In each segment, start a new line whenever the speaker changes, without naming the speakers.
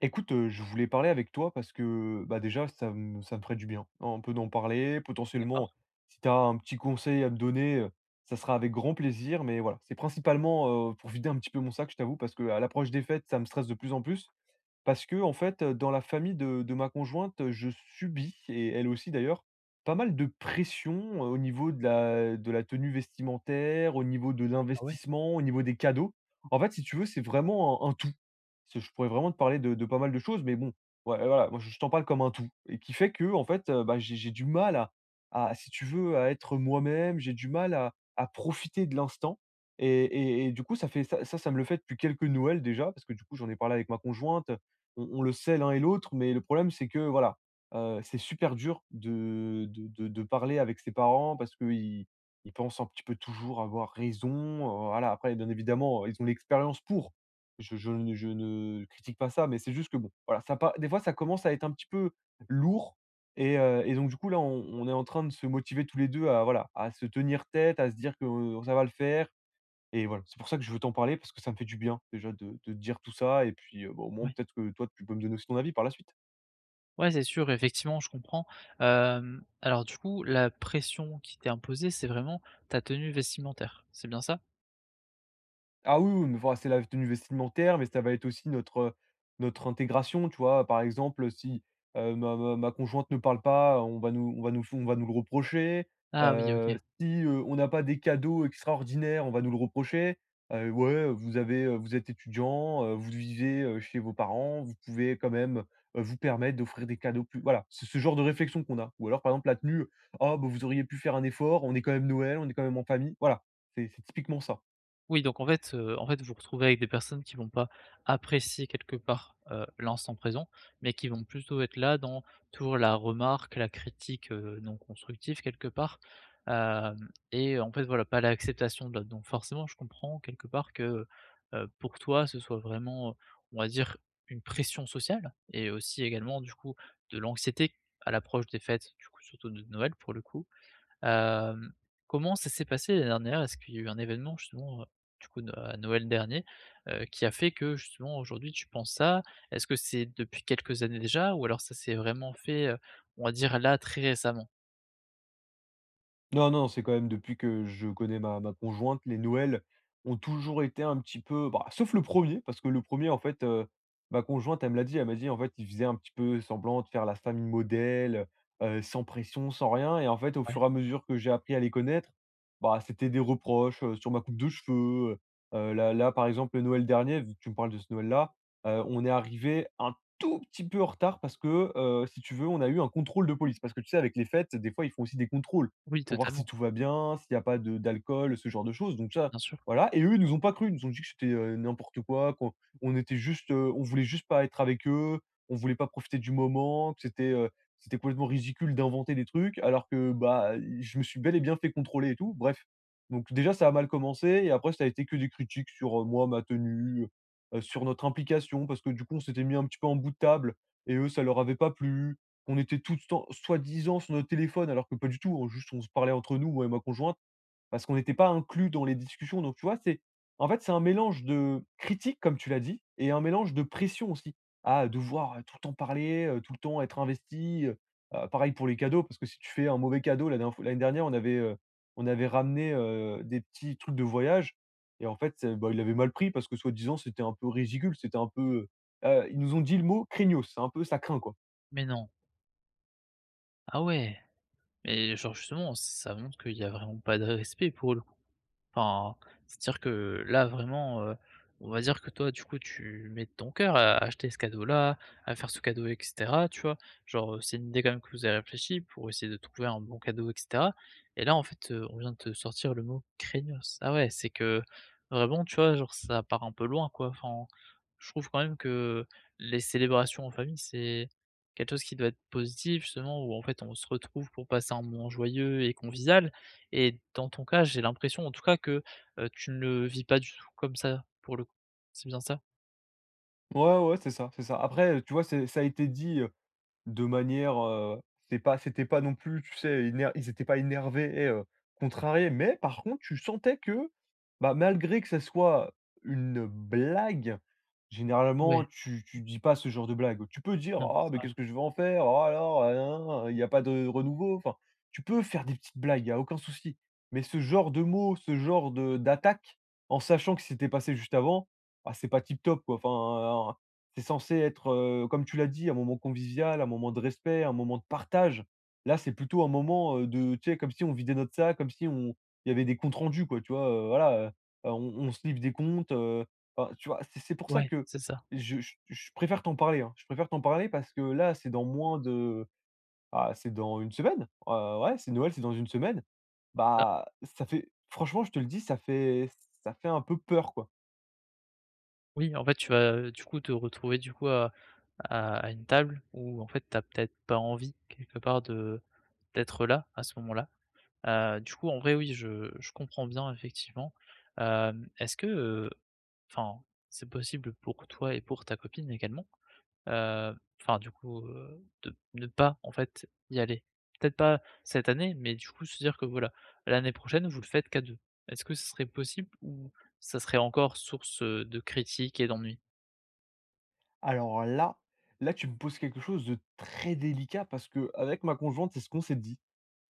Écoute, je voulais parler avec toi parce que, bah, déjà ça me ferait du bien, on peut en parler. Potentiellement,
D'accord.
si tu as un petit conseil à me donner, ça sera avec grand plaisir. Mais voilà, c'est principalement, pour vider un petit peu mon sac, je t'avoue, parce que à l'approche des fêtes, ça me stresse de plus en plus. Parce que en fait, dans la famille de ma conjointe, je subis et elle aussi d'ailleurs, pas mal de pression, au niveau de la tenue vestimentaire, au niveau de
Ah ouais,
l'investissement, au niveau des cadeaux. En fait, si tu veux, c'est vraiment un tout. C'est je pourrais vraiment te parler de pas mal de choses, mais bon, ouais, ouais, voilà, moi, je t'en parle comme un tout et qui fait que en fait, bah, j'ai du mal à si tu veux, à être moi-même, j'ai du mal à profiter de l'instant et du coup, ça fait ça me le fait depuis quelques Noëls déjà, parce que du coup, j'en ai parlé avec ma conjointe, on le sait l'un et l'autre, mais le problème, c'est que voilà, c'est super dur de parler avec ses parents parce qu'ils ils pensent un petit peu toujours avoir raison, voilà. Après, bien évidemment, ils ont l'expérience pour. Je ne critique pas ça, mais c'est juste que bon, voilà, ça pa des fois, ça commence à être un petit peu lourd et donc du coup, là, on est en train de se motiver tous les 2 à voilà, à se tenir tête, à se dire que ça va le faire. Et voilà, c'est pour ça que je veux t'en parler parce que ça me fait du bien déjà de te dire tout ça et puis, bah, au moins
ouais.
peut-être que toi tu peux me donner aussi ton avis par la suite.
Ouais, c'est sûr, effectivement, je comprends. Alors du coup, la pression qui t'est imposée, c'est vraiment ta tenue vestimentaire, c'est bien ça?
Ah oui, oui, mais enfin, c'est la tenue vestimentaire, mais ça va être aussi notre, notre intégration, tu vois? Par exemple, si, ma conjointe ne parle pas, on va nous le reprocher.
Ah oui, OK.
Si, on n'a pas des cadeaux extraordinaires, on va nous le reprocher. Ouais, vous avez, vous êtes étudiant, vous vivez, chez vos parents, vous pouvez quand même, vous permettre d'offrir des cadeaux plus voilà, c'est ce genre de réflexion qu'on a. Ou alors, par exemple, la tenue: «Ah bah, vous auriez pu faire un effort, on est quand même Noël, on est quand même en famille». Voilà, c'est typiquement ça.
Oui, donc en fait, vous vous retrouvez avec des personnes qui vont pas apprécier quelque part, l'instant présent, mais qui vont plutôt être là dans toujours la remarque, la critique, non constructive quelque part, hem et en fait, voilà, pas l'acceptation de l'autre. Donc forcément, je comprends quelque part que, pour toi, ce soit vraiment, on va dire, une pression sociale et aussi également, du coup, de l'anxiété à l'approche des fêtes, du coup, surtout de Noël pour le coup. Hem, Comment ça s'est passé l'année dernière? Est-ce qu'il y a eu un événement justement, du coup no à Noël dernier, qui a fait que justement aujourd'hui tu penses ça? Est-ce que c'est depuis quelques années déjà ou alors ça s'est vraiment fait, on va dire là très récemment?
Non, non, c'est quand même depuis que je connais ma conjointe, les Noëls ont toujours été un petit peu bah, sauf le premier, parce que le premier en fait, ma conjointe, elle me l'a dit, elle m'a dit: «En fait, il faisait un petit peu semblant de faire la famille modèle, sans pression, sans rien» et en fait, au
Ouais.
fur et à mesure que j'ai appris à les connaître, bah, c'était des reproches, sur ma coupe de cheveux, heu là là, par exemple, le Noël dernier, vu que tu me parles de ce Noël-là, on est arrivé un tout petit peu en retard parce que, si tu veux, on a eu un contrôle de police. Parce que tu sais, avec les fêtes, des fois, ils font aussi des contrôles
Oui
pour voir si
totalement,
tout va bien, s'il y a pas de d'alcool, ce genre de choses, donc ça,
bien sûr.
voilà et eux, ils nous ont pas cru. Ils nous ont dit que c'était, n'importe quoi, qu'on on était juste, on voulait juste pas être avec eux, on voulait pas profiter du moment, que c'était, c'était complètement ridicule d'inventer des trucs alors que, bah, je me suis bel et bien fait contrôler et tout, bref. Donc déjà, ça a mal commencé et après ça a été que des critiques sur, moi, ma tenue, sur notre implication parce que du coup, on s'était mis un petit peu en bout de table et eux, ça leur avait pas plu, on était tout le temps soi-disant sur notre téléphone, alors que pas du tout, hein, juste on se parlait entre nous, moi et ma conjointe, parce qu'on n'était pas inclus dans les discussions. Donc tu vois, c'est en fait, c'est un mélange de critique, comme tu l'as dit, et un mélange de pression aussi, à devoir tout le temps parler, tout le temps être investi. Pareil pour les cadeaux, parce que si tu fais un mauvais cadeau, l'année dernière, on avait ramené des petits trucs de voyage, et en fait, bah, il avait mal pris parce que soi-disant, c'était un peu ridicule, c'était un peu. Ils nous ont dit le mot craignos, c'est un peu ça craint quoi.
Mais non? Ah ouais? Mais genre justement, ça montre qu'il y a vraiment pas de respect pour. Enfin, c'est-à-dire que là, vraiment, on va dire que toi, du coup, tu mets de ton cœur à acheter ce cadeau-là, à faire ce cadeau et cetera, tu vois? Genre, c'est une idée quand même que vous avez réfléchi pour essayer de trouver un bon cadeau et cetera et là, en fait, on vient de te sortir le mot «craignos». Ah ouais, c'est que vraiment, tu vois, genre, ça part un peu loin, quoi. Enfin, je trouve quand même que les célébrations en famille, c'est quelque chose qui doit être positif justement, où en fait, on se retrouve pour passer un moment joyeux et convivial et dans ton cas, j'ai l'impression en tout cas que, tu ne le vis pas du tout comme ça, pour le coup. C'est bien ça?
Ouais, ouais, c'est ça, c'est ça. Après, tu vois, c'est ça a été dit, de manière, c'est pas c'était pas non plus, tu sais, éner ils étaient pas énervés et contrariés, mais par contre, tu sentais que, bah, malgré que ça soit une blague,
Ouais,
généralement, tu dis pas ce genre de blague. Tu peux dire:
non,
«Ah
c'est
mais
vrai.
qu'est-ce que je vais en faire? Oh alors, hein, il y a pas de renouveau». Enfin, tu peux faire des petites blagues, il y a aucun souci. Mais ce genre de mots, ce genre de d'attaque, en sachant que c'était passé juste avant, ah, c'est pas tip top, quoi. Enfin, c'est censé être, comme tu l'as dit, un moment convivial, un moment de respect, un moment de partage. Là, c'est plutôt un moment, de tu sais, comme si on vidait notre sac, comme si on il y avait des comptes rendus quoi, tu vois? Voilà, on se livre des comptes, enfin, tu vois? C'est pour ça
Ouais,
que
c'est ça.
je préfère t'en parler, hein. Je préfère t'en parler parce que là, c'est dans moins de ah, c'est dans une semaine. Ouais, c'est Noël, c'est dans une semaine.
Bah,
Bah, ça fait franchement, je te le dis, ça fait un peu peur, quoi.
oui, en fait, tu vas, du coup, te retrouver du coup à à une table où en fait, t'as peut-être pas envie quelque part de d'être là, à ce moment-là. Du coup, en vrai, oui, je comprends bien effectivement. Est-ce que, enfin, c'est possible pour toi et pour ta copine également, Heu, enfin du coup, de ne pas en fait y aller. Peut-être pas cette année, mais du coup se dire que voilà, l'année prochaine vous le faites qu'à 2. Est-ce que ce serait possible ou ça serait encore source, de critiques et d'ennuis?
Alors là, tu me poses quelque chose de très délicat parce que avec ma conjointe, c'est ce qu'on s'est dit.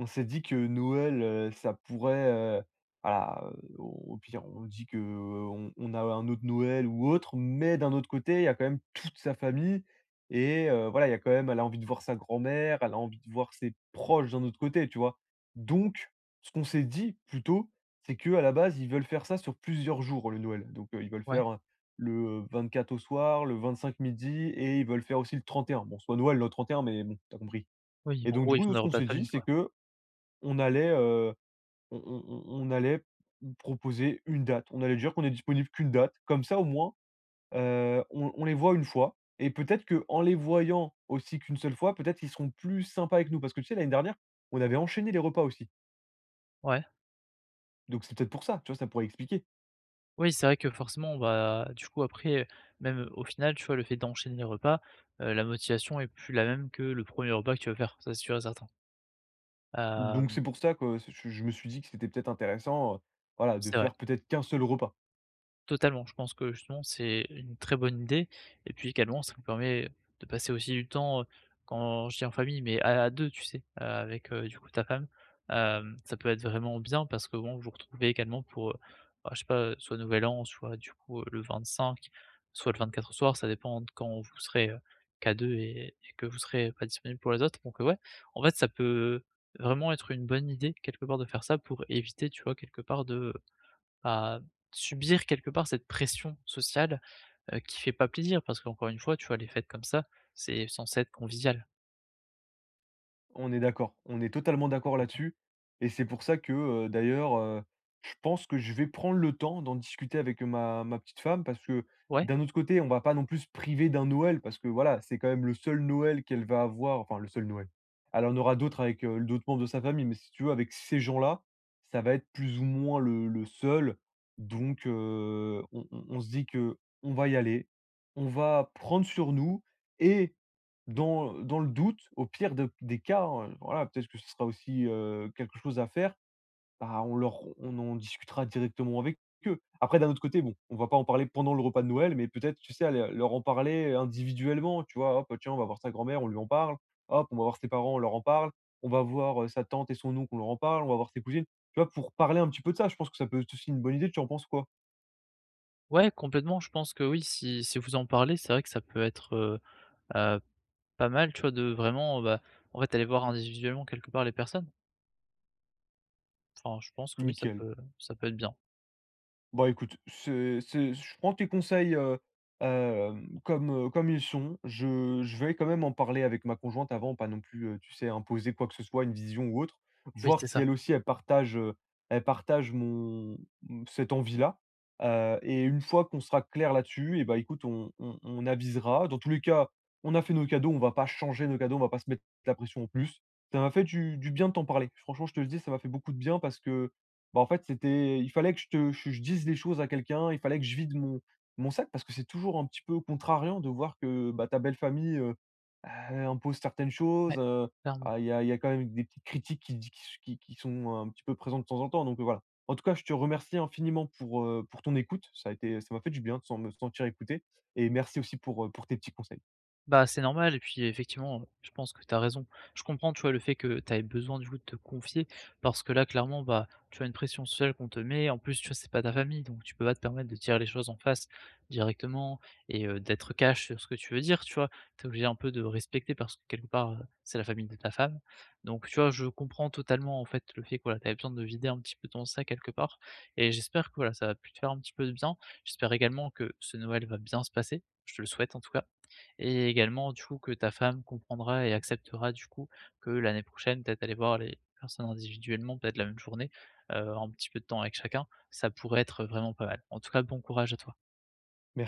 On s'est dit que Noël, ça pourrait, voilà, au pire, on dit qu'on on a un autre Noël ou autre, mais d'un autre côté, il y a quand même toute sa famille et voilà, il y a quand même elle a envie de voir sa grand-mère, elle a envie de voir ses proches d'un autre côté, tu vois? Donc, ce qu'on s'est dit plutôt, c'est que à la base, ils veulent faire ça sur plusieurs jours, le Noël. Donc, ils veulent
Ouais,
faire, le 24 au soir, le 25 midi et ils veulent faire aussi le 31. Bon, soit Noël le 31, mais bon, t'as compris.
oui,
Et
en
donc du
gros ils
coup,
font
nous,
des
ce qu'on
repas de
s'est dit,
famille
c'est
quoi.
que on allait, on allait proposer une date. On allait dire qu'on est disponible qu'une date. Comme ça, au moins, on les voit une fois et peut-être qu'en les voyant aussi qu'une seule fois, peut-être qu'ils seront plus sympas avec nous. Parce que tu sais, l'année dernière, on avait enchaîné les repas aussi.
Ouais.
Donc c'est peut-être pour ça, tu vois? Ça pourrait expliquer.
Oui c'est vrai que forcément, bah, du coup après, même au final tu vois le fait d'enchaîner les repas, la motivation est plus la même que le premier repas que tu vas faire, ça c'est sûr et certain.
Donc
Hem,
c'est pour ça que je me suis dit que c'était peut-être intéressant, voilà, de
c'est vrai.
faire peut-être qu'un seul repas.
Totalement, je pense que justement c'est une très bonne idée et puis également ça nous permet de passer aussi du temps, quand je dis en famille, mais à 2 tu sais? Avec, du coup ta femme, ça peut être vraiment bien parce que bon, vous vous retrouvez également pour, bah, je sais pas, soit Nouvel An, soit du coup, le 25, soit le 24 au soir, ça dépend de quand vous serez, qu'à 2 et que vous serez pas disponible pour les autres donc, ouais, en fait ça peut vraiment être une bonne idée quelque part de faire ça pour éviter, tu vois, quelque part de, à subir quelque part cette pression sociale, qui fait pas plaisir parce qu'encore une fois, tu vois, les fêtes comme ça, c'est censé être convivial,
On est d'accord, on est totalement d'accord
complètement.
là-dessus et c'est pour ça que, d'ailleurs, je pense que je vais prendre le temps d'en discuter avec ma petite femme parce que
Ouais,
d'un autre côté, on va pas non plus se priver d'un Noël parce que voilà, c'est quand même le seul Noël qu'elle va avoir, enfin le seul Noël. Alors on aura d'autres avec, d'autres membres de sa famille, mais si tu veux avec ces gens-là, ça va être plus ou moins le seul donc on se dit que on va y aller, on va prendre sur nous et dans le doute, au pire de des cas, voilà, peut-être que ce sera aussi, quelque chose à faire, bah, on en discutera directement avec eux. Après d'un autre côté, bon, on va pas en parler pendant le repas de Noël, mais peut-être, tu sais, aller leur en parler individuellement, tu vois? Hop, tiens, on va voir sa grand-mère, on lui en parle. Hop, on va voir ses parents, on leur en parle. On va voir, sa tante et son oncle, on leur en parle. On va voir ses cousines. Tu vois? Pour parler un petit peu de ça, je pense que ça peut être aussi une bonne idée. Tu en penses quoi?
ouais, complètement, je pense que oui, si si vous en parlez, c'est vrai que ça peut être, heu, pas mal, tu vois, de vraiment, bah, en fait, aller voir individuellement quelque part les personnes. Enfin, je pense que oui, ça
Nickel.
peut ça peut être bien.
Bon, écoute, c'est je prends tes conseils, hem, comme, comme ils sont. Je vais quand même en parler avec ma conjointe avant, pas non plus, tu sais, imposer quoi que ce soit, une vision ou autre.
Oui,
Voir
c'est
si
ça.
elle aussi elle partage mon mmh, cette envie-là, et une fois qu'on sera clair là-dessus et bah, écoute, on avisera. Dans tous les cas, on a fait nos cadeaux, on va pas changer nos cadeaux, on va pas se mettre la pression en plus. Ça m'a fait du bien de t'en parler. Franchement, je te le dis, ça m'a fait beaucoup de bien parce que bah, en fait, c'était il fallait que je te je dise les choses à quelqu'un, il fallait que je vide mon sac parce que c'est toujours un petit peu contrariant de voir que, bah, ta belle famille, impose certaines
Ouais,
choses,
clairement.
ah, il y a quand même des petites critiques qui sont un petit peu présentes de temps en temps, donc voilà. En tout cas, je te remercie infiniment pour ton écoute. Ça a été ça m'a fait du bien de sen me sentir écouté et merci aussi pour tes petits conseils.
Bah, c'est normal et puis effectivement, je pense que tu as raison. Je comprends, tu vois, le fait que tu aies besoin du coup de te confier parce que là, clairement, bah, tu as une pression sociale qu'on te met. En plus, tu vois, c'est pas ta famille, donc tu peux pas te permettre de dire les choses en face directement et d'être cash sur ce que tu veux dire, tu vois? Tu es obligé un peu de respecter parce que quelque part, c'est la famille de ta femme. Donc tu vois, je comprends totalement en fait le fait que, voilà, tu avais besoin de vider un petit peu ton sac quelque part et j'espère que, voilà, ça va pu te faire un petit peu de bien. J'espère également que ce Noël va bien se passer, je te le souhaite en tout cas et également du coup que ta femme comprendra et acceptera du coup que l'année prochaine, peut-être aller voir les personnes individuellement, peut-être la même journée, un petit peu de temps avec chacun, ça pourrait être vraiment pas mal. En tout cas, bon courage à toi.
Merci.